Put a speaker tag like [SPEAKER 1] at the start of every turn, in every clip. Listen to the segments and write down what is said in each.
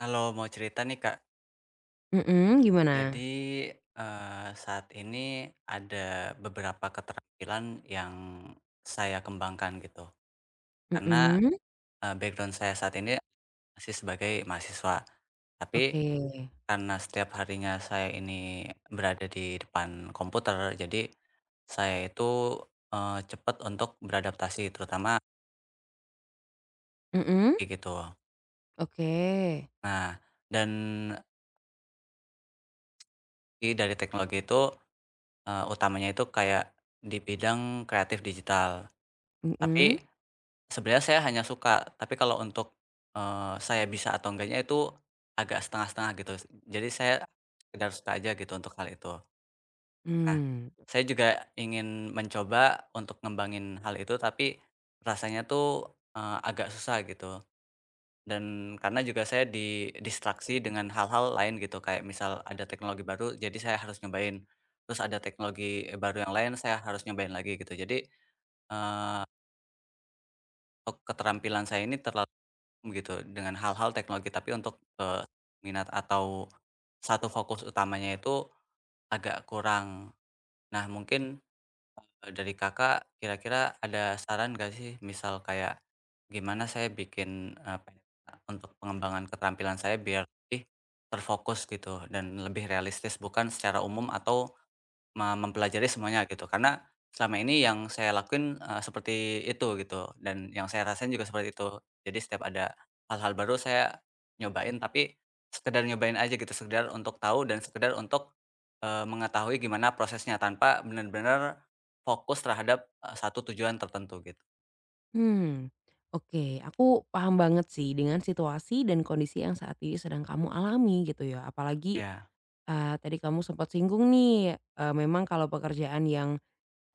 [SPEAKER 1] Kalau mau cerita nih, Kak,
[SPEAKER 2] Mhm, gimana?
[SPEAKER 1] jadi, saat ini ada beberapa keterampilan yang saya kembangkan gitu. Karena,
[SPEAKER 2] Mhm,
[SPEAKER 1] background saya saat ini masih sebagai mahasiswa, tapi
[SPEAKER 2] oke.
[SPEAKER 1] karena setiap harinya saya ini berada di depan komputer, jadi saya itu, cepat untuk beradaptasi terutama
[SPEAKER 2] Mhm,
[SPEAKER 1] kayak gitu.
[SPEAKER 2] oke.
[SPEAKER 1] Nah, dan dari teknologi itu, utamanya itu kayak di bidang kreatif digital, tapi
[SPEAKER 2] Mhm,
[SPEAKER 1] sebenarnya saya hanya suka, tapi kalau untuk, saya bisa atau enggaknya itu agak setengah-setengah gitu. Jadi saya sekedar suka aja gitu untuk hal itu. Nah,
[SPEAKER 2] mmm,
[SPEAKER 1] saya juga ingin mencoba untuk ngembangin hal itu, tapi rasanya tuh, agak susah gitu. Dan karena juga saya di distraksi dengan hal-hal lain gitu, kayak misal ada teknologi baru, jadi saya harus nyobain. Terus ada teknologi baru yang lain, saya harus nyobain lagi gitu. Jadi, oh, keterampilan saya ini terlalu gitu dengan hal-hal teknologi, tapi untuk minat atau satu fokus utamanya itu agak kurang. Nah, mungkin dari Kakak kira-kira ada saran gak sih? Misal kayak gimana saya bikin, peta untuk pengembangan keterampilan saya biar lebih terfokus gitu dan lebih realistis, bukan secara umum atau mempelajari semuanya gitu, karena selama ini yang saya lakuin, seperti itu gitu dan yang saya rasain juga seperti itu. Jadi setiap ada hal-hal baru saya nyobain, tapi sekedar nyobain aja gitu, sekedar untuk tahu dan sekedar untuk, mengetahui gimana prosesnya tanpa benar-benar fokus terhadap, satu tujuan tertentu gitu.
[SPEAKER 2] mmm, oke, aku paham banget sih dengan situasi dan kondisi yang saat ini sedang kamu alami gitu ya. Apalagi,
[SPEAKER 1] Iya,
[SPEAKER 2] tadi kamu sempat singgung nih, memang kalau pekerjaan yang,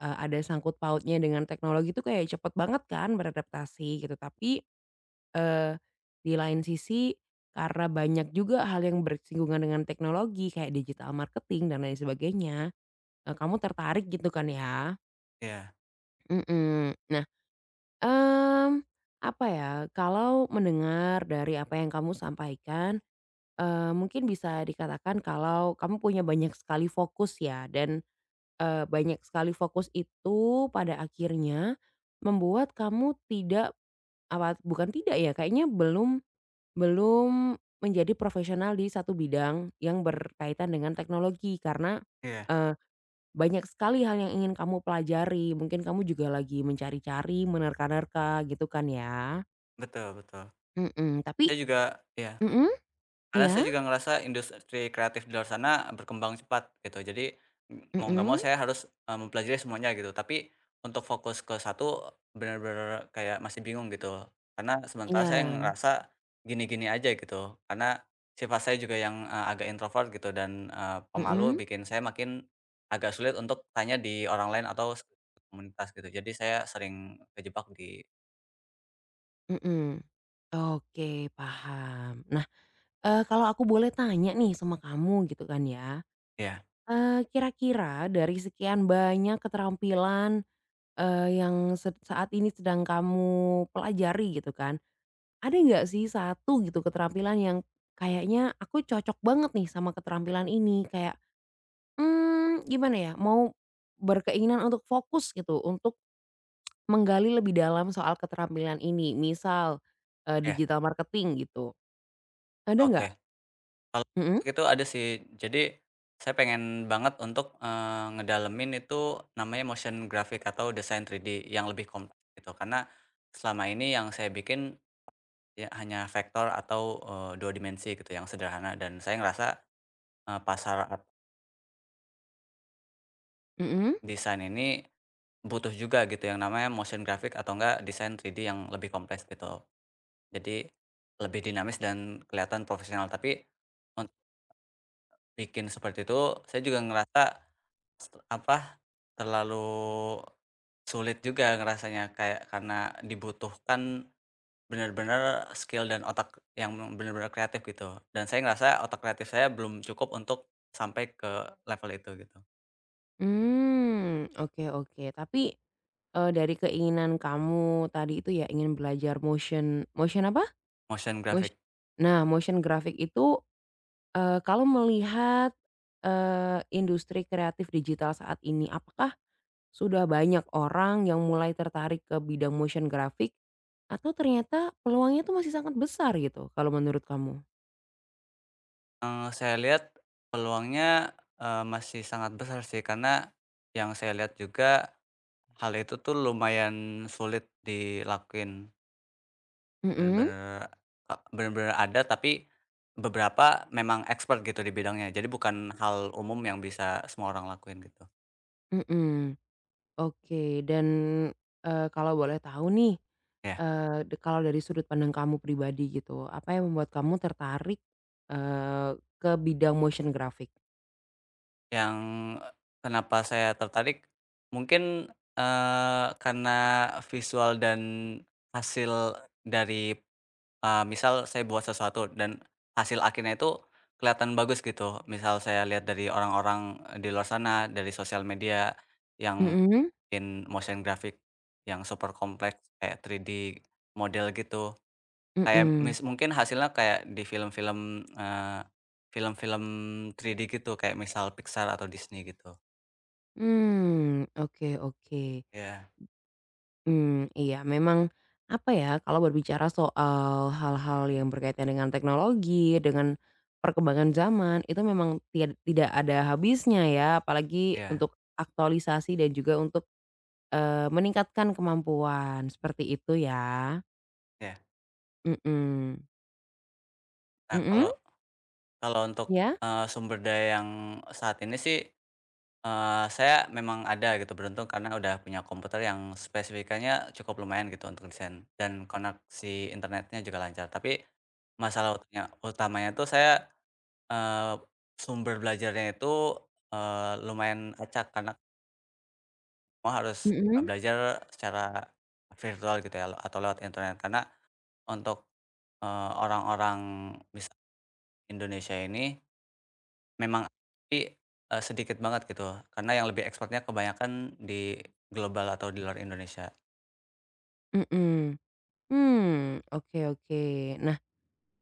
[SPEAKER 2] ada sangkut pautnya dengan teknologi itu kayak cepet banget kan beradaptasi gitu. Tapi Eee, di lain sisi, karena banyak juga hal yang bersinggungan dengan teknologi kayak digital marketing dan lain sebagainya, kamu tertarik gitu kan ya?
[SPEAKER 1] iya,
[SPEAKER 2] Mhm. Nah, mmm, apa ya, kalau mendengar dari apa yang kamu sampaikan, mungkin bisa dikatakan kalau kamu punya banyak sekali fokus ya, dan banyak sekali fokus itu pada akhirnya membuat kamu tidak, apa, bukan tidak ya, kayaknya belum Belum menjadi profesional di satu bidang yang berkaitan dengan teknologi karena,
[SPEAKER 1] iya,
[SPEAKER 2] eee, banyak sekali hal yang ingin kamu pelajari. Mungkin kamu juga lagi mencari-cari, menerka-nerka gitu kan ya.
[SPEAKER 1] betul, betul.
[SPEAKER 2] Mhm, tapi
[SPEAKER 1] Saya juga, ya.
[SPEAKER 2] mhm,
[SPEAKER 1] Karena
[SPEAKER 2] iya?
[SPEAKER 1] saya juga ngerasa industri kreatif di luar sana berkembang cepat gitu. Jadi, mau nggak mau
[SPEAKER 2] Mhm,
[SPEAKER 1] saya harus, mempelajari semuanya gitu. Tapi untuk fokus ke satu benar-benar kayak masih bingung gitu. Karena sementara saya
[SPEAKER 2] iya,
[SPEAKER 1] ngerasa gini-gini aja gitu. Karena sifat saya juga yang, agak introvert gitu dan, pemalu
[SPEAKER 2] mhm,
[SPEAKER 1] bikin saya makin agak sulit untuk tanya di orang lain atau komunitas gitu. Jadi saya sering kejebak di.
[SPEAKER 2] mhm. Oke, paham. Nah, kalau aku boleh tanya nih sama kamu gitu kan ya,
[SPEAKER 1] Ya,
[SPEAKER 2] kira-kira dari sekian banyak keterampilan, yang saat ini sedang kamu pelajari gitu kan, ada nggak sih satu gitu keterampilan yang kayaknya aku cocok banget nih sama keterampilan ini kayak, gimana ya, mau berkeinginan untuk fokus gitu untuk menggali lebih dalam soal keterampilan ini, misal
[SPEAKER 1] ya,
[SPEAKER 2] digital marketing gitu, ada nggak?
[SPEAKER 1] oke. Kalau
[SPEAKER 2] Mhm,
[SPEAKER 1] itu ada sih. Jadi, saya pengen banget untuk, ngedalemin itu namanya motion graphic atau desain 3D yang lebih kompleks gitu. Karena selama ini yang saya bikin ya hanya vektor atau, 2 dimensi gitu yang sederhana dan saya ngerasa, pasar art
[SPEAKER 2] mhm,
[SPEAKER 1] desain ini butuh juga gitu yang namanya motion graphic atau enggak desain 3D yang lebih kompleks gitu. Jadi lebih dinamis dan kelihatan profesional. Tapi untuk bikin seperti itu saya juga ngerasa Setel apa, terlalu sulit juga ngerasanya kayak karena dibutuhkan benar-benar skill dan otak yang benar-benar kreatif gitu, dan saya ngerasa otak kreatif saya belum cukup untuk sampai ke level itu gitu,
[SPEAKER 2] hmm. Oke, oke, tapi dari keinginan kamu tadi itu ya, ingin belajar motion motion apa?
[SPEAKER 1] motion
[SPEAKER 2] Mosh
[SPEAKER 1] graphic.
[SPEAKER 2] nah, motion graphic itu, kalau melihat, industri kreatif digital saat ini, apakah sudah banyak orang yang mulai tertarik ke bidang motion graphic? Atau ternyata peluangnya itu masih sangat besar gitu kalau menurut kamu?
[SPEAKER 1] Saya lihat peluangnya, masih sangat besar sih karena yang saya lihat juga hal itu tuh lumayan sulit dilakuin.
[SPEAKER 2] Mhm,
[SPEAKER 1] Bener-bener bener-bener ada, tapi beberapa memang expert gitu di bidangnya. Jadi bukan hal umum yang bisa semua orang lakuin gitu.
[SPEAKER 2] mhm. Oke, dan kalau boleh tahu nih,
[SPEAKER 1] Iya.
[SPEAKER 2] eee, de kalau dari sudut pandang kamu pribadi gitu, apa yang membuat kamu tertarik, eee, ke bidang motion graphic?
[SPEAKER 1] Yang kenapa saya tertarik, mungkin, karena visual dan hasil dari, misal saya buat sesuatu dan hasil akhirnya itu kelihatan bagus gitu. Misal saya lihat dari orang-orang, di luar sana, dari sosial media yang
[SPEAKER 2] Mhm,
[SPEAKER 1] Motion grafik yang super kompleks kayak 3D model gitu. Kayak
[SPEAKER 2] mhm.
[SPEAKER 1] mungkin hasilnya kayak di film-film 3D gitu kayak misal Pixar atau Disney gitu.
[SPEAKER 2] Hmm, oke, oke.
[SPEAKER 1] Iya,
[SPEAKER 2] Hmm, iya memang, apa ya, kalau berbicara soal hal-hal yang berkaitan dengan teknologi, dengan perkembangan zaman, itu memang tidak ada habisnya ya. Apalagi
[SPEAKER 1] iya,
[SPEAKER 2] untuk aktualisasi dan juga untuk meningkatkan kemampuan, seperti itu ya?
[SPEAKER 1] iya.
[SPEAKER 2] Mhm.
[SPEAKER 1] Nah,
[SPEAKER 2] Mhm?
[SPEAKER 1] kalau kalau untuk,
[SPEAKER 2] Ya?
[SPEAKER 1] sumber daya yang saat ini sih, saya memang ada gitu, beruntung karena udah punya komputer yang spesifikasinya cukup lumayan gitu untuk desain dan koneksi internetnya juga lancar. Tapi masalah utamanya tuh saya Eee, sumber belajarnya itu, lumayan acak karena semua harus,
[SPEAKER 2] Mhm?
[SPEAKER 1] belajar secara virtual gitu ya atau lewat internet karena untuk, orang-orang misal Indonesia ini memang tapi, sedikit banget gitu karena yang lebih ekspornya kebanyakan di global atau di luar Indonesia.
[SPEAKER 2] Mhm. Hmm, hmm. Oke, oke. Nah,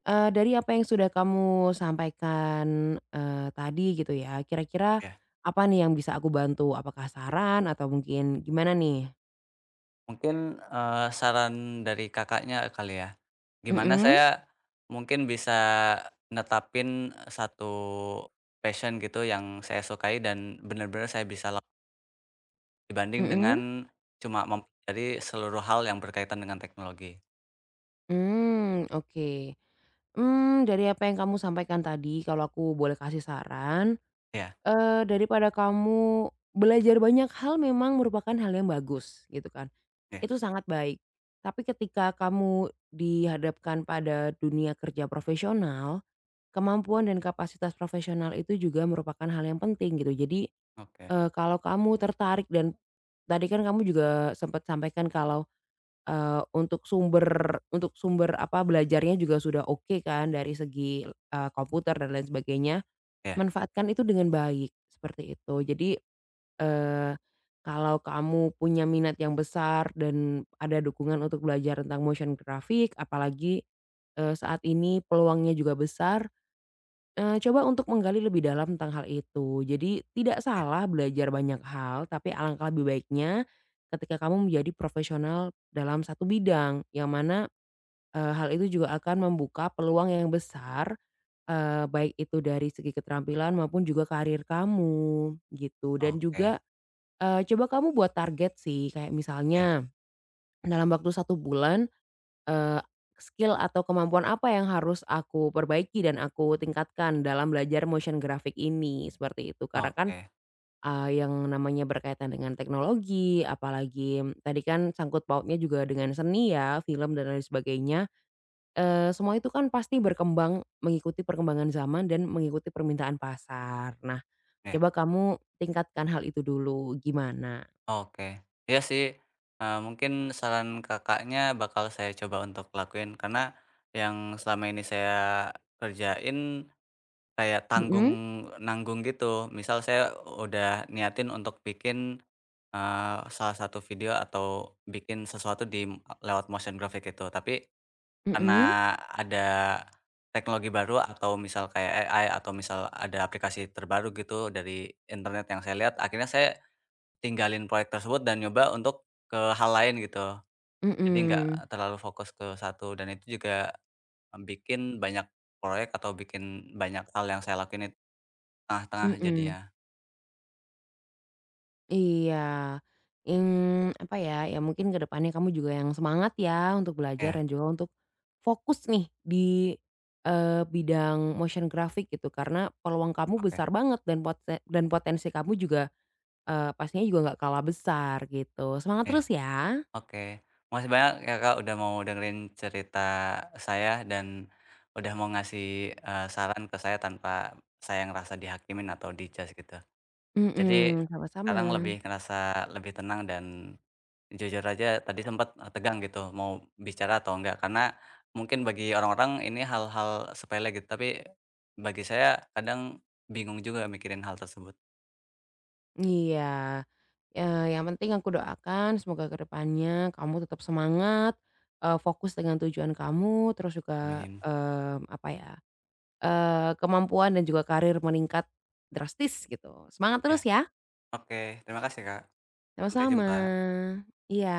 [SPEAKER 2] Dari apa yang sudah kamu sampaikan, tadi gitu ya, kira-kira
[SPEAKER 1] Iya.
[SPEAKER 2] apa nih yang bisa aku bantu? Apakah saran atau mungkin gimana nih?
[SPEAKER 1] Mungkin, saran dari Kakaknya kali ya, gimana
[SPEAKER 2] Mhm,
[SPEAKER 1] saya mungkin bisa netapin satu passion gitu yang saya sukai dan benar-benar saya bisa dibanding dengan
[SPEAKER 2] mhm,
[SPEAKER 1] cuma mempelajari seluruh hal yang berkaitan dengan teknologi.
[SPEAKER 2] hmm, oke. Hmm, dari apa yang kamu sampaikan tadi, kalau aku boleh kasih saran,
[SPEAKER 1] Ya,
[SPEAKER 2] daripada kamu belajar banyak hal, memang merupakan hal yang bagus gitu kan,
[SPEAKER 1] iya,
[SPEAKER 2] itu sangat baik. Tapi ketika kamu dihadapkan pada dunia kerja profesional, kemampuan dan kapasitas profesional itu juga merupakan hal yang penting gitu. Jadi,
[SPEAKER 1] oke,
[SPEAKER 2] kalau kamu tertarik dan tadi kan kamu juga sempat sampaikan kalau, untuk sumber, apa, belajarnya juga sudah oke kan dari segi, komputer dan lain sebagainya,
[SPEAKER 1] ya,
[SPEAKER 2] manfaatkan itu dengan baik, seperti itu. Jadi, eee, kalau kamu punya minat yang besar dan ada dukungan untuk belajar tentang motion graphic, apalagi saat ini peluangnya juga besar, coba untuk menggali lebih dalam tentang hal itu. Jadi tidak
[SPEAKER 1] iya,
[SPEAKER 2] salah belajar banyak hal, tapi alangkah lebih baiknya ketika kamu menjadi profesional dalam satu bidang, yang mana hal itu juga akan membuka peluang yang besar, baik itu dari segi keterampilan maupun juga karir kamu, gitu. Dan
[SPEAKER 1] oke,
[SPEAKER 2] juga, coba kamu buat target sih, kayak
[SPEAKER 1] ya,
[SPEAKER 2] misalnya dalam waktu satu bulan, Eee, skill atau kemampuan apa yang harus aku perbaiki dan aku tingkatkan dalam belajar motion graphic ini, seperti itu. Karena kan,
[SPEAKER 1] oke,
[SPEAKER 2] yang namanya berkaitan dengan teknologi, apalagi tadi kan sangkut pautnya juga dengan seni ya, film dan lain sebagainya, semua itu kan pasti berkembang mengikuti perkembangan zaman dan mengikuti permintaan pasar. Nah,
[SPEAKER 1] ya,
[SPEAKER 2] coba kamu tingkatkan hal itu dulu, gimana?
[SPEAKER 1] oke. Ya sih, mungkin saran Kakaknya bakal saya coba untuk lakuin karena yang selama ini saya kerjain kayak tanggung
[SPEAKER 2] Mhm,
[SPEAKER 1] nanggung gitu. Misal saya udah niatin untuk bikin, salah satu video atau bikin sesuatu di lewat motion graphic itu. Tapi
[SPEAKER 2] mhm,
[SPEAKER 1] karena ada teknologi baru atau misal kayak AI atau misal ada aplikasi terbaru gitu dari internet yang saya lihat, akhirnya saya tinggalin proyek tersebut dan nyoba untuk ke hal lain gitu. Jadi nggak
[SPEAKER 2] mhm,
[SPEAKER 1] terlalu fokus ke satu dan itu juga bikin banyak proyek atau bikin banyak hal yang saya lakuin
[SPEAKER 2] mhm,
[SPEAKER 1] tengah-tengah
[SPEAKER 2] mhm.
[SPEAKER 1] jadinya.
[SPEAKER 2] Iya, apa ya, ya mungkin ke depannya kamu juga yang semangat ya untuk belajar dan
[SPEAKER 1] Iya,
[SPEAKER 2] juga untuk fokus nih di, bidang motion graphic gitu, karena peluang kamu
[SPEAKER 1] oke,
[SPEAKER 2] besar banget dan potensi kamu juga, pastinya juga nggak kalah besar gitu. Semangat
[SPEAKER 1] iya,
[SPEAKER 2] terus ya.
[SPEAKER 1] oke. Makasih banyak ya, Kak, udah mau dengerin cerita saya dan udah mau ngasih, saran ke saya tanpa saya ngerasa dihakimin atau di gitu. Jadi
[SPEAKER 2] Mhm, sama-sama.
[SPEAKER 1] sekarang lebih ngerasa lebih tenang dan jujur aja tadi sempat tegang gitu mau bicara atau enggak, karena mungkin bagi orang-orang ini hal-hal sepele gitu, tapi bagi saya kadang bingung juga mikirin hal tersebut.
[SPEAKER 2] Iya, yang penting aku doakan semoga ke depannya kamu tetap semangat, fokus dengan tujuan kamu, terus juga,
[SPEAKER 1] Amin.
[SPEAKER 2] apa ya, kemampuan dan juga karir meningkat drastis gitu. Semangat
[SPEAKER 1] Ya,
[SPEAKER 2] terus ya,
[SPEAKER 1] oke. Terima kasih, Kak. Sampai
[SPEAKER 2] sama-sama.
[SPEAKER 1] jumpa.
[SPEAKER 2] Iya.